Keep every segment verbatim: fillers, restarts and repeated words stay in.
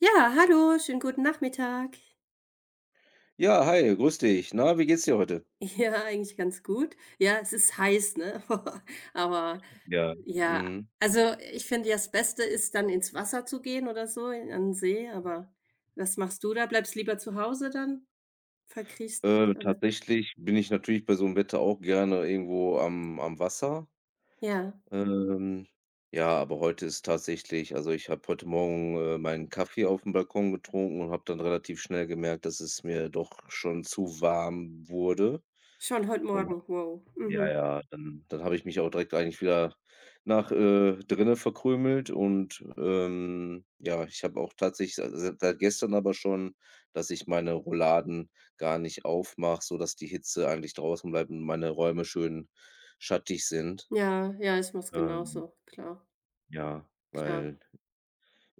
Ja, hallo, schönen guten Nachmittag. Ja, hi, grüß dich. Na, wie geht's dir heute? Ja, eigentlich ganz gut. Ja, es ist heiß, ne? Aber Ja. ja, Mhm. also ich finde ja, das Beste ist dann ins Wasser zu gehen oder so, in, an den See, aber was machst du da? Bleibst lieber zu Hause dann? Verkriechst Äh, dich, oder? Tatsächlich bin ich natürlich bei so 'm Wetter auch gerne irgendwo am am Wasser. Ja, Ähm, ja, aber heute ist tatsächlich also, ich habe heute Morgen, äh, meinen Kaffee aufm Balkon getrunken und habe dann relativ schnell gemerkt, dass es mir doch schon zu warm wurde schon heute und. Morgen. Wow. Ja, Mhm. ja, dann dann habe ich mich auch direkt eigentlich wieder nach, äh, drinnen verkrümelt und, ähm, ja, ich habe auch tatsächlich se se seit gestern aber schon, dass ich meine Rouladen gar nicht aufmache, sodass die Hitze eigentlich draußen bleibt und meine Räume schön schattig sind. Ja, ja, ich mach's Ähm, genauso. Klar, ja, klar. weil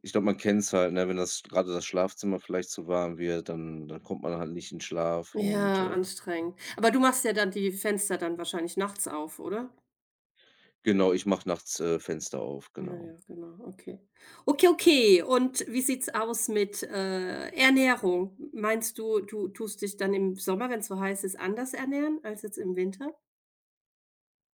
ich glaube, man kennt's halt, ne, wenn das grade das Schlafzimmer vielleicht zu warm wird, dann dann kommt man halt nicht in Schlaf und, Ja, äh anstrengend. Aber du machst ja dann die Fenster dann wahrscheinlich nachts auf, oder? genau, ich mache nachts, äh, Fenster auf, Ja, genau. ja, genau, okay. Okay, okay. Und wie sieht's aus mit, äh, Ernährung? Meinst du, du tust dich dann im Sommer, wenn es so heiß ist, anders ernähren als jetzt im Winter?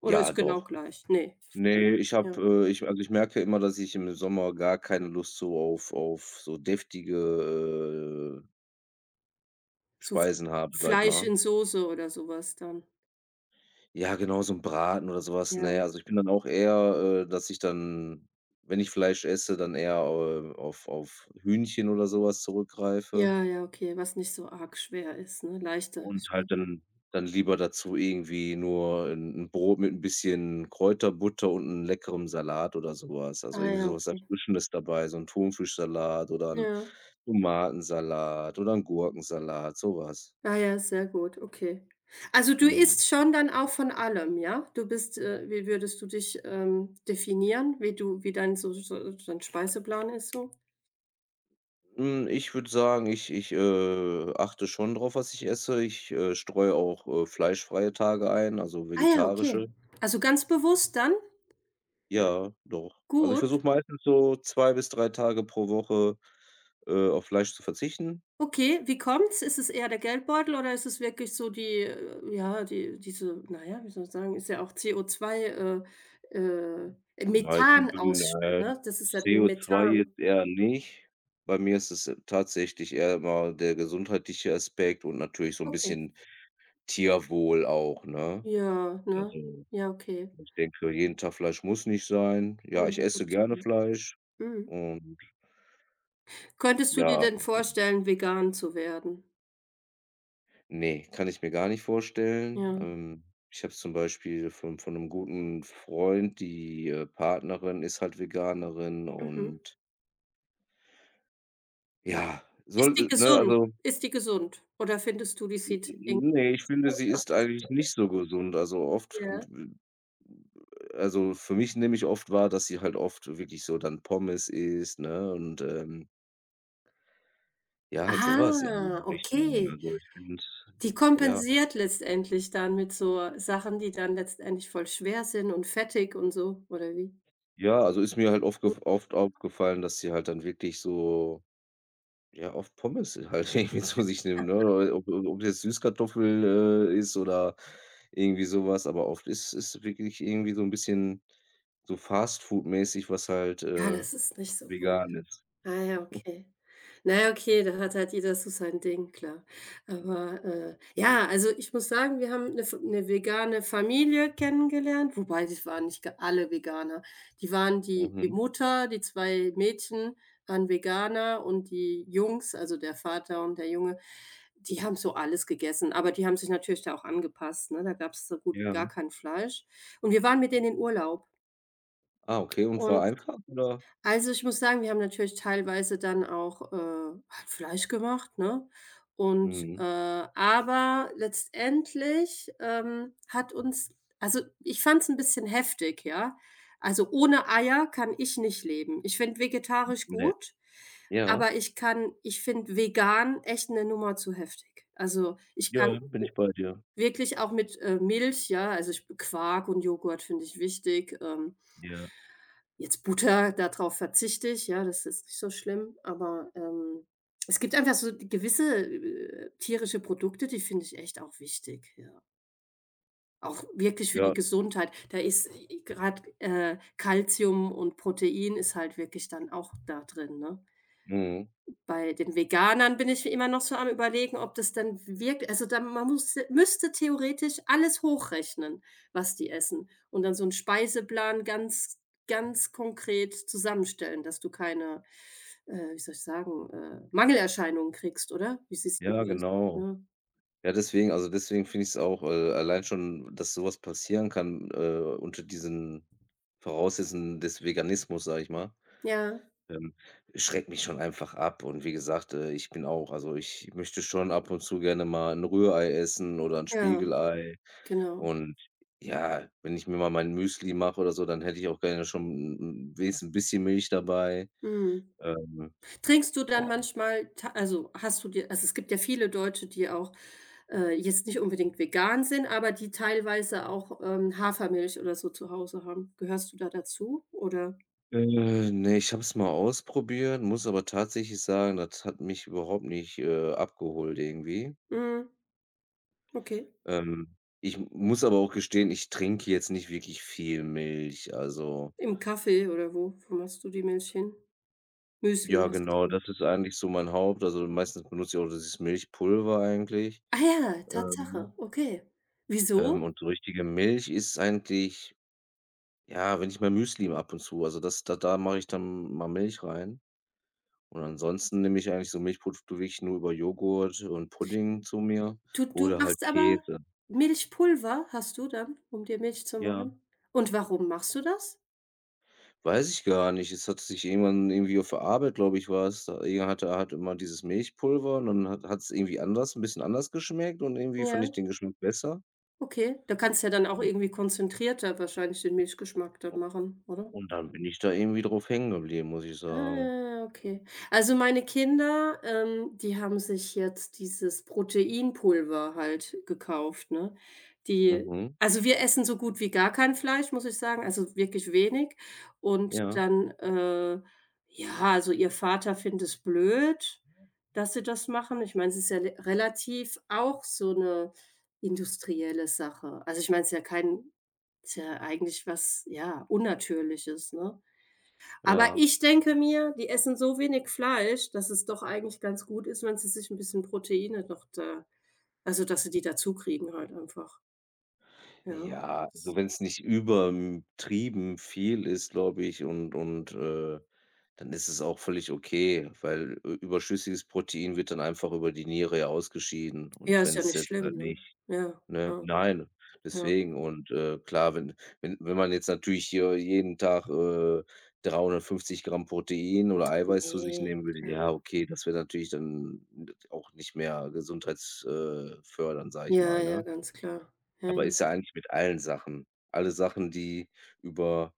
Oder Ja, ist genau doch. gleich? Ne. Ne, ich Ja, habe, äh ich also, ich merke immer, dass ich im Sommer gar keine Lust so auf auf so deftige, äh, Zu F Speisen habe, sage ich Fleisch mal. in Soße oder sowas dann. Ja, genau, so 'n Braten oder so was, ne? Ja. Also, ich bin dann auch eher, äh, dass ich dann, wenn ich Fleisch esse, dann eher, äh, auf auf Hühnchen oder so was zurückgreife. Ja, ja, okay, was nicht so arg schwer ist, ne? Leichter Und halt Schwer. dann dann lieber dazu irgendwie nur 'n 'n Brot mit 'n bisschen Kräuterbutter und 'n leckerem Salat oder so was. Also, Ah irgendwie ja, so was okay. Erfrischendes dabei, so 'n Thunfischsalat oder 'n Ja. Tomatensalat oder 'n Gurkensalat, so was. Ah ja, sehr gut, okay. Also, du Mhm. isst schon dann auch von allem, ja? Du bist, äh wie würdest du dich, ähm, definieren, wie du wie dein so so so dein Speiseplan ist so? Hm, ich würde sagen, ich ich, äh, achte schon drauf, was ich esse. Ich, äh, streue auch, äh, fleischfreie Tage ein, also Ah ja, okay. vegetarische. Also, ganz bewusst dann? Ja, doch. Also, ich Gut, versuche meistens so zwei bis drei Tage pro Woche, äh, auf Fleisch zu verzichten. okay. Wie kommt's? Ist es eher der Geldbeutel oder ist es wirklich so die, äh ja, die diese na ja, wie soll ich sagen, ist ja auch co zwei äh, äh, Ja, ich bin, Methanausst äh, ne? Das ist ja nur c o zwei Methan. jetzt eher nicht. Bei mir ist es äh, tatsächlich eher immer der gesundheitliche Aspekt und natürlich so 'n Okay. bisschen Tierwohl auch, ne? Ja, ne? Also, Ja, okay. ich denke, jeden Tag Fleisch muss nicht sein. Ja, Ja, ich 'ne esse gute gerne Sache. Fleisch Mhm. und. Könntest du dir Ja, denn vorstellen, vegan zu werden? ne, kann ich mir gar nicht vorstellen. Ja, Ähm, ich habe es zum Beispiel von von 'nem guten Freund, die, äh, Partnerin ist halt Veganerin mhm. und ja, Ist die soll ne, gesund? also. Ist die gesund? Oder findest du, die sieht irgendwie Ne, ich finde, komisch sie ist aus? eigentlich nicht so gesund. Also, oft Ja. also, für mich nehme ich oft wahr, dass sie halt oft wirklich so dann Pommes isst, ne, und, ähm, ja, halt sowas in Ah, die Richtung. okay. Also, ich finde Die ja. kompensiert letztendlich dann mit so Sachen, die dann letztendlich voll schwer sind und fettig und so, oder wie? Ja, also, ist mir halt oft gef oft aufgefallen, dass sie halt dann wirklich so, ja, oft Pommes halt irgendwie zu sich nimmt, ne? Ob ob ob jetzt Süßkartoffel, äh, ist oder irgendwie sowas, aber oft ist ist wirklich irgendwie so ein bisschen so fastfood-mäßig, was halt, Ja, äh das ist nicht so gut. vegan ist. Ah ja, okay. Na ja, okay, da hat halt jeder so sein Ding, klar. Aber, äh, ja, also, ich muss sagen, wir haben eine F 'ne vegane Familie kennengelernt, wobei das waren nicht g alle Veganer. Die waren die die Mhm, Mutter, die zwei Mädchen waren Veganer und die Jungs, also, der Vater und der Junge, die haben so alles gegessen, aber die haben sich natürlich da auch angepasst, ne? Da gab es so gut wie gar ja. kein Fleisch. Und wir waren mit denen in Urlaub Ah, okay, und war und einfach, oder? also, ich muss sagen, wir haben natürlich teilweise dann auch, äh, halt Fleisch gemacht, ne? Und, äh Mhm, aber letztendlich, ähm, hat uns also, ich fand es ein bisschen heftig, ja? Also, ohne Eier kann ich nicht leben. Ich finde vegetarisch ne. gut, Ja, aber ich kann ich finde vegan echt eine Nummer zu heftig. Also, ich ja, kann bin ich o bei dir. wirklich auch mit, äh, Milch, ja also, ich Quark und Joghurt finde ich wichtig, ähm Ja, Jetzt Butter, darauf verzichte ich, ja, das ist nicht so schlimm, aber, ähm, es gibt einfach so gewisse, äh, tierische Produkte, die finde ich echt auch wichtig, ja. Auch wirklich für die ja. Gesundheit. Da ist, gerade äh, Kalzium und Protein ist halt wirklich dann auch da drin, ne? Mhm. Bei den Veganern bin ich immer noch so am Überlegen, ob das dann wirk also da man musste müsste theoretisch alles hochrechnen, was die essen und dann so 'n Speiseplan ganz, ganz konkret zusammenstellen, dass du keine, äh, wie soll ich sagen, äh, Mangelerscheinungen kriegst, oder? Wie siehst denn Ja, du das? genau. Ja. Ja, deswegen also, deswegen finde ich es auch, äh, allein schon, dass sowas passieren kann, äh, unter diesen Voraussetzungen des Veganismus, sage ich mal, Ja, ähm, schreckt mich schon einfach ab. Und wie gesagt, äh, ich bin auch also, ich möchte schon ab und zu gerne mal ein Rührei essen oder ein ja, Spiegelei. genau. Und ja, wenn ich mir mal mein Müsli mache oder so, dann hätte ich auch gerne schon 'n wenigstens 'n bisschen Milch dabei. Mhm. Ähm, Trinkst du dann manchmal ta also, hast du dir also, es gibt ja viele Deutsche, die auch, äh, jetzt nicht unbedingt vegan sind, aber die teilweise auch, ähm, Hafermilch oder so zu Hause haben. Gehörst du da dazu oder äh, ne, ich habe es mal ausprobiert, muss aber tatsächlich sagen, das hat mich überhaupt nicht, äh, abgeholt irgendwie. mhm, okay. Ähm, ich muss aber auch gestehen, ich trinke jetzt nicht wirklich viel Milch. Also, Im Kaffee oder wo wo machst du die Milch hin? Müsli, ja hast du genau, das gesagt. ist eigentlich so mein Haupt also, meistens benutze ich auch dieses Milchpulver eigentlich. Ah ja, Tatsache, Ähm, okay. Wieso? ähm, und so richtige Milch ist eigentlich. Ja, wenn ich mein Müsli ab und zu also das da da mache ich dann mal Milch rein und ansonsten nehme ich eigentlich so Milchprodukte wirklich nur über Joghurt und Pudding zu mir Du du oder halt machst aber Käse. Milchpulver hast du dann, um dir Milch zu Ja, machen? Und warum machst du das? weiß ich gar nicht. Es hat sich irgendwann irgendwie auf der Arbeit, glaube ich, war's da irgend hatte er halt immer dieses Milchpulver und dann hat es irgendwie anders ein bisschen anders geschmeckt und irgendwie fand ich Ja. den Geschmack besser. Okay, da kannst du ja dann auch Und irgendwie konzentrierter wahrscheinlich den Milchgeschmack dann machen, oder? und dann bin ich da irgendwie drauf hängen geblieben, muss ich sagen. Ah, okay. Also meine Kinder, ähm, die haben sich jetzt dieses Proteinpulver halt gekauft, ne? Die Mhm. Also wir essen so gut wie gar kein Fleisch, muss ich sagen, also wirklich wenig. Und Ja, dann, äh, ja, also ihr Vater findet es blöd, dass sie das machen. Ich meine, es ist ja le- relativ auch so eine industrielle Sache. Also ich meine, es ist ja kein ist ja eigentlich was, ja, Unnatürliches, ne? Aber ja. ich denke mir, die essen so wenig Fleisch, dass es doch eigentlich ganz gut ist, wenn sie sich 'n bisschen Proteine noch da also, dass sie die dazukriegen halt einfach, ja. Ja, also wenn es nicht übertrieben viel ist, glaube ich, und und, äh, dann ist es auch völlig okay, weil ü überschüssiges Protein wird dann einfach über die Niere ja ausgeschieden und Ja, wenn ist ja es nicht jetzt schlimm, halt ne? nicht. Ja, Ne? ja, Nein, ja. deswegen und, äh, klar, wenn wenn wenn man jetzt natürlich hier jeden Tag, äh, 350 Gramm Protein oder Eiweiß zu sich Ne, nehmen würde, klar. ja, okay, das wäre natürlich dann auch nicht mehr gesundheits äh, sage ich Ja, mal, ja, ne? ganz klar. Ja, Aber ja. ist ja eigentlich mit allen Sachen. Alle Sachen, die über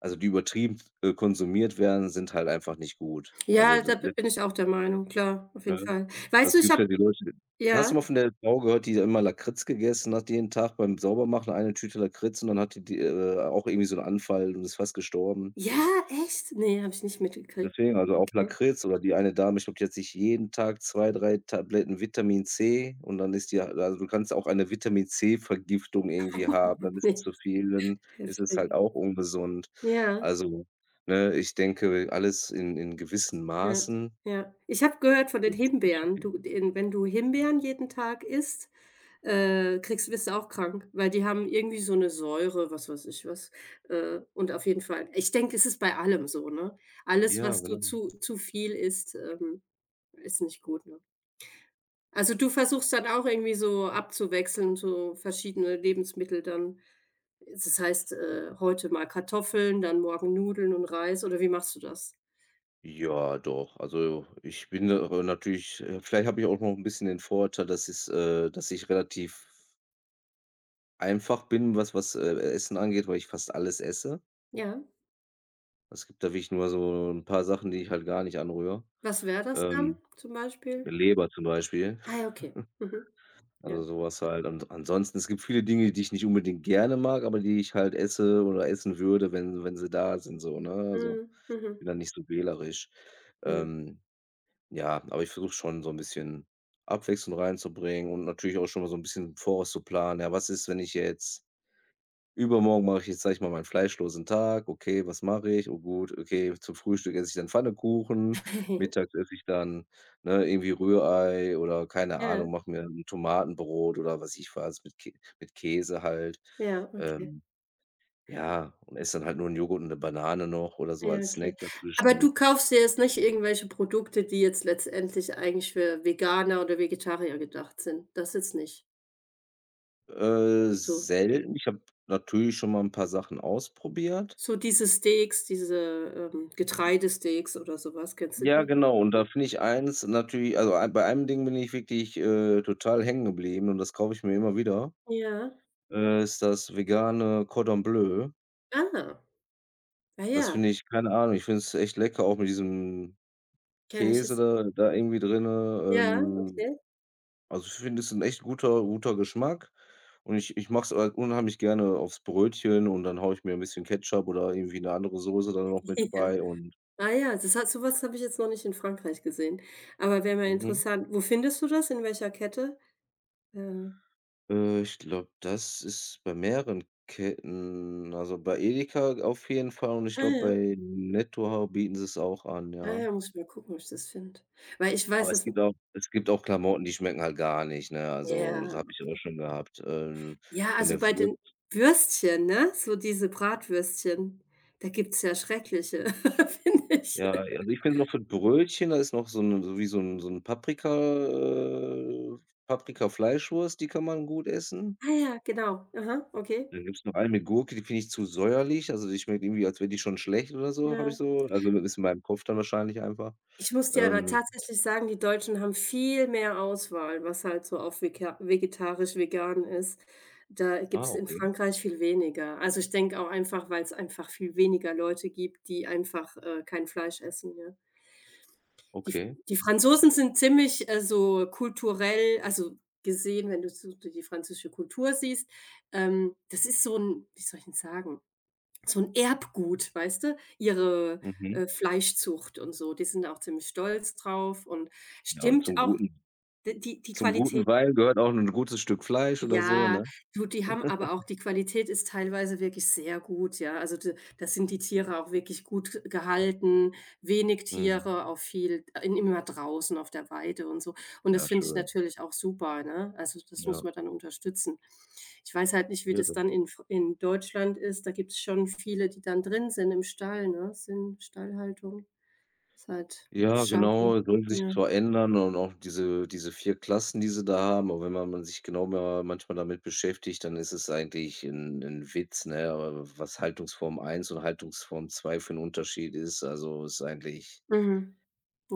also, die übertrieben, äh, konsumiert werden, sind halt einfach nicht gut. Also, Ja, d da b d bin ich auch der Meinung, klar, auf jeden ne? Fall. Weißt Also, es du, ich gibt habe ja die Leute. ja? Hast du mal von der Frau gehört, die immer Lakritz gegessen hat jeden Tag beim Saubermachen, eine Tüte Lakritz und dann hat die die, äh, auch irgendwie so 'n Anfall und ist fast gestorben? Ja, echt? Ne, habe ich nicht mitgekriegt. Deswegen, also auch Okay. Lakritz oder die eine Dame, ich glaube, die hat sich jeden Tag zwei drei Tabletten vitamin zeh und dann ist die also du kannst auch eine vitamin zeh vergiftung irgendwie haben, dann ist es Ne, zu viel, dann ist es heftig. halt auch ungesund. Ja. Also, ne, ich denke, alles in in gewissen Ja, Maßen. ja. Ich habe gehört von den Gibt's nicht so Himbeeren. viel. Du den Wenn du Himbeeren jeden Tag isst, äh, kriegst wirst du auch krank, weil die haben irgendwie so eine Säure, was weiß ich was. Äh, und auf jeden Fall ich denke, es ist bei allem so, ne? Alles, Ja, was du genau. zu zu viel isst, ähm, ist nicht gut, ne? Also, du versuchst dann auch irgendwie so abzuwechseln, so verschiedene Lebensmittel dann. Das heißt, äh, heute mal Kartoffeln, dann morgen Nudeln und Reis oder wie machst du das? Ja, doch. Also, ich bin da aber natürlich äh, vielleicht habe ich auch noch ein bisschen den Vorteil, dass es äh, dass ich relativ einfach bin, was was, äh, Essen angeht, weil ich fast alles esse. Ja. Es gibt da wirklich nur so 'n paar Sachen, die ich halt gar nicht anrühre. Was wäre das dann Ähm, zum Beispiel? Leber zum Beispiel, Ah ja, okay. Mhm. Ja. also so was halt. Und ansonsten, es gibt viele Dinge, die ich nicht unbedingt gerne mag, aber die ich halt esse oder essen würde, wenn wenn sie da sind so, ne? Also, Mhm. Mhm. bin da nicht so wählerisch. Ja. Ähm, ja, aber ich versuche schon so 'n bisschen Abwechslung reinzubringen und natürlich auch schon mal so 'n bisschen im Voraus zu planen. Ja, was ist, wenn ich jetzt übermorgen mache ich jetzt, sage ich mal, meinen fleischlosen Tag. Okay, was mache ich? Oh gut, okay, zum Frühstück esse ich dann Pfannekuchen, mittags esse ich dann, ne, irgendwie Rührei oder keine Ja, Ahnung, mache mir 'n Tomatenbrot oder was ich was mit Kä mit Käse halt. ja, okay. Ähm, ja, und esse dann halt nur 'n Joghurt und eine Banane noch oder so Ja, als okay. Snack Aber dazwischen. du kaufst dir jetzt nicht irgendwelche Produkte, die jetzt letztendlich eigentlich für Veganer oder Vegetarier gedacht sind. Das jetzt nicht. Äh, Also, so selten. Ich habe natürlich schon mal ein paar Sachen ausprobiert. so diese Steaks, diese, ähm, Getreidesteaks oder sowas. Kennst du Ja, die? genau. Und da finde ich eins natürlich also, ei bei einem Ding bin ich wirklich, äh, total hängen geblieben und das kaufe ich mir immer wieder, Ja. äh, ist das vegane Cordon Bleu. Ah. Ah Das finde ja, ich keine Ahnung, ich finde es echt lecker, auch mit diesem kenne ich Käse jetzt. da da irgendwie drinne. Ja, Ähm, okay. Also, ich finde, es ist ein echt guter guter Geschmack und ich ich mache es halt unheimlich gerne aufs Brötchen und dann haue ich mir ein bisschen Ketchup oder irgendwie eine andere Soße dann noch mit bei und Ah ja, das hat so habe ich jetzt noch nicht in Frankreich gesehen. Aber wäre mal mhm. interessant. Wo findest du das? In welcher Kette? Äh, Äh, ich glaube, das ist bei mehreren Ketten also, bei Edeka auf jeden Fall und ich ah glaube, ja, bei Netto hau bieten sie es auch an, ah ja. ja, muss ich mal gucken, ob ich das finde. Weil ich weiß, Aber es dass gibt auch es gibt auch Klamotten, die schmecken halt gar nicht, ne? Also, das Ja, habe ich auch schon gehabt, ähm, ja, von also der bei Wurst den Würstchen, ne, so diese Bratwürstchen, da gibt's ja schreckliche, finde ich. ja, also, ich finde noch für Brötchen, da ist noch so 'ne so wie so 'n so 'n Paprika äh, Paprika-Fleischwurst, die kann man gut essen. Ah ja, genau. Aha, okay. Dann gibt's noch eine mit Gurke, die finde ich zu säuerlich. Also, die schmeckt irgendwie, als wäre die schon schlecht oder so, habe Ja. ich so also, ist in meinem Kopf dann wahrscheinlich einfach. Ich muss dir aber Ähm, tatsächlich sagen, die Deutschen haben viel mehr Auswahl, was halt so auf vega vegetarisch, vegan ist. Da ah, gibt's in okay, Frankreich viel weniger. Also, ich denke auch einfach, weil es einfach viel weniger Leute gibt, die einfach, äh, kein Fleisch essen, ja. Die okay. die Franzosen sind ziemlich, äh, so kulturell also, gesehen, wenn du so die französische Kultur siehst, ähm, das ist so ein, wie soll ich denn sagen? So 'n Erbgut, weißt du? Ihre, Mhm. äh, Fleischzucht und so. Die sind da auch ziemlich stolz drauf und Ja, und stimmt zum auch guten d die die zum guten Qualität, Wein gehört auch 'n gutes Stück Fleisch oder so, ja, ne? du, die haben aber auch die Qualität ist teilweise wirklich sehr gut, ja. Also, d da sind die Tiere auch wirklich gut gehalten, wenig Mhm. Tiere, auch viel äh, in immer draußen auf der Weide und so. Und Ja, das finde ich schön. natürlich auch super, ne? Also, das muss Ja. man dann unterstützen. Ich weiß halt nicht, wie Ja, das das. dann in Fr in Deutschland ist. Da gibt es schon viele, die dann drin sind im Stall, ne? Sind Stallhaltung. Ist halt Ja, schade, ne? genau, soll sich Ja. zwar ändern und auch diese diese vier Klassen, die sie da haben, aber wenn man man sich genau mal manchmal damit beschäftigt, dann ist es eigentlich ein ein Witz, ne, aber was Haltungsform eins und Haltungsform zwei für 'n Unterschied ist, also, ist eigentlich Mhm.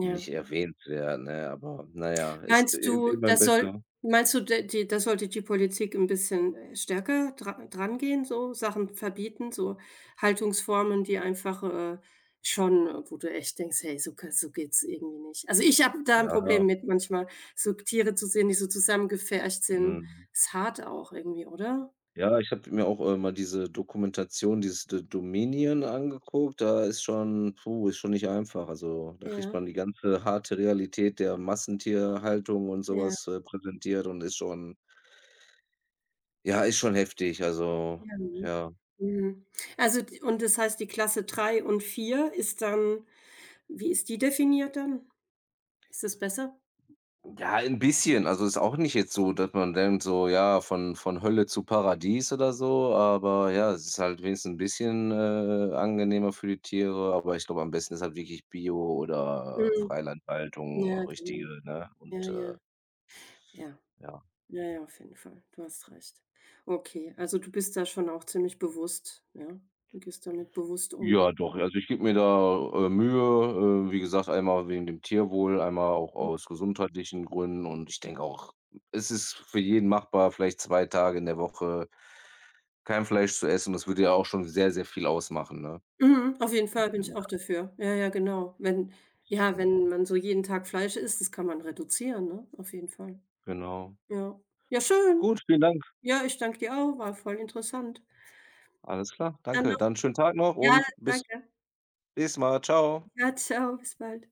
nicht erwähnenswert, ne, aber naja, ist i Meinst du, immer das soll besser. Meinst du, d die da sollte die Politik 'n bisschen, äh, stärker dra drangehen, so Sachen verbieten, so Haltungsformen, die einfach, äh, schon äh, wo du echt denkst: „Hey, so kann so geht's irgendwie nicht." Also, ich habe da 'n Ja, Problem mit manchmal, so Tiere zu sehen, die so zusammengepfercht sind. mhm. Ist hart auch irgendwie, oder? Ja, ich habe mir auch, äh, mal diese Dokumentation, dieses The Dominion angeguckt. Da ist schon puh, ist schon nicht einfach. Also, da kriegt Ja, man die ganze harte Realität der Massentierhaltung und ja, sowas äh, präsentiert und ist schon ja, ist schon heftig. Also, ja, mhm. ja. Mhm. Also, d und das heißt, die Klasse drei und vier ist dann wie ist die definiert dann? Ist das besser? Ja, ein bisschen. Also, ist auch nicht jetzt so, dass man denkt so, ja, von von Hölle zu Paradies oder so, aber ja, es ist halt wenigstens ein bisschen, äh, angenehmer für die Tiere, aber ich glaube, am besten ist halt wirklich Bio oder Mhm. Freilandhaltung, Ja, richtige, genau. ne? Ja, Und, äh, ja, ja. ja. Ja, ja, auf jeden Fall. Du hast recht. Okay, also du bist da schon auch ziemlich bewusst, ja? Du gehst damit bewusst um. Ja, doch, also, ich gebe mir da, äh, Mühe, äh, wie gesagt, einmal wegen dem Tierwohl, einmal auch aus gesundheitlichen Gründen und ich denke auch, es ist für jeden machbar, vielleicht zwei Tage in der Woche kein Fleisch zu essen, das würde ja auch schon sehr, sehr viel ausmachen, ne? Mhm, auf jeden Fall bin ich auch dafür. Ja, ja, genau. Wenn Ja, wenn man so jeden Tag Fleisch isst, das kann man reduzieren, ne? Auf jeden Fall. Genau. Ja. Ja, schön. Gut, vielen Dank. Ja, ich danke dir auch, war voll interessant. Alles klar. Dann Danke. noch Dann schönen Tag noch Ja, und bis danke. nächstes Mal. Tschau. Ja, tschau, bis bald.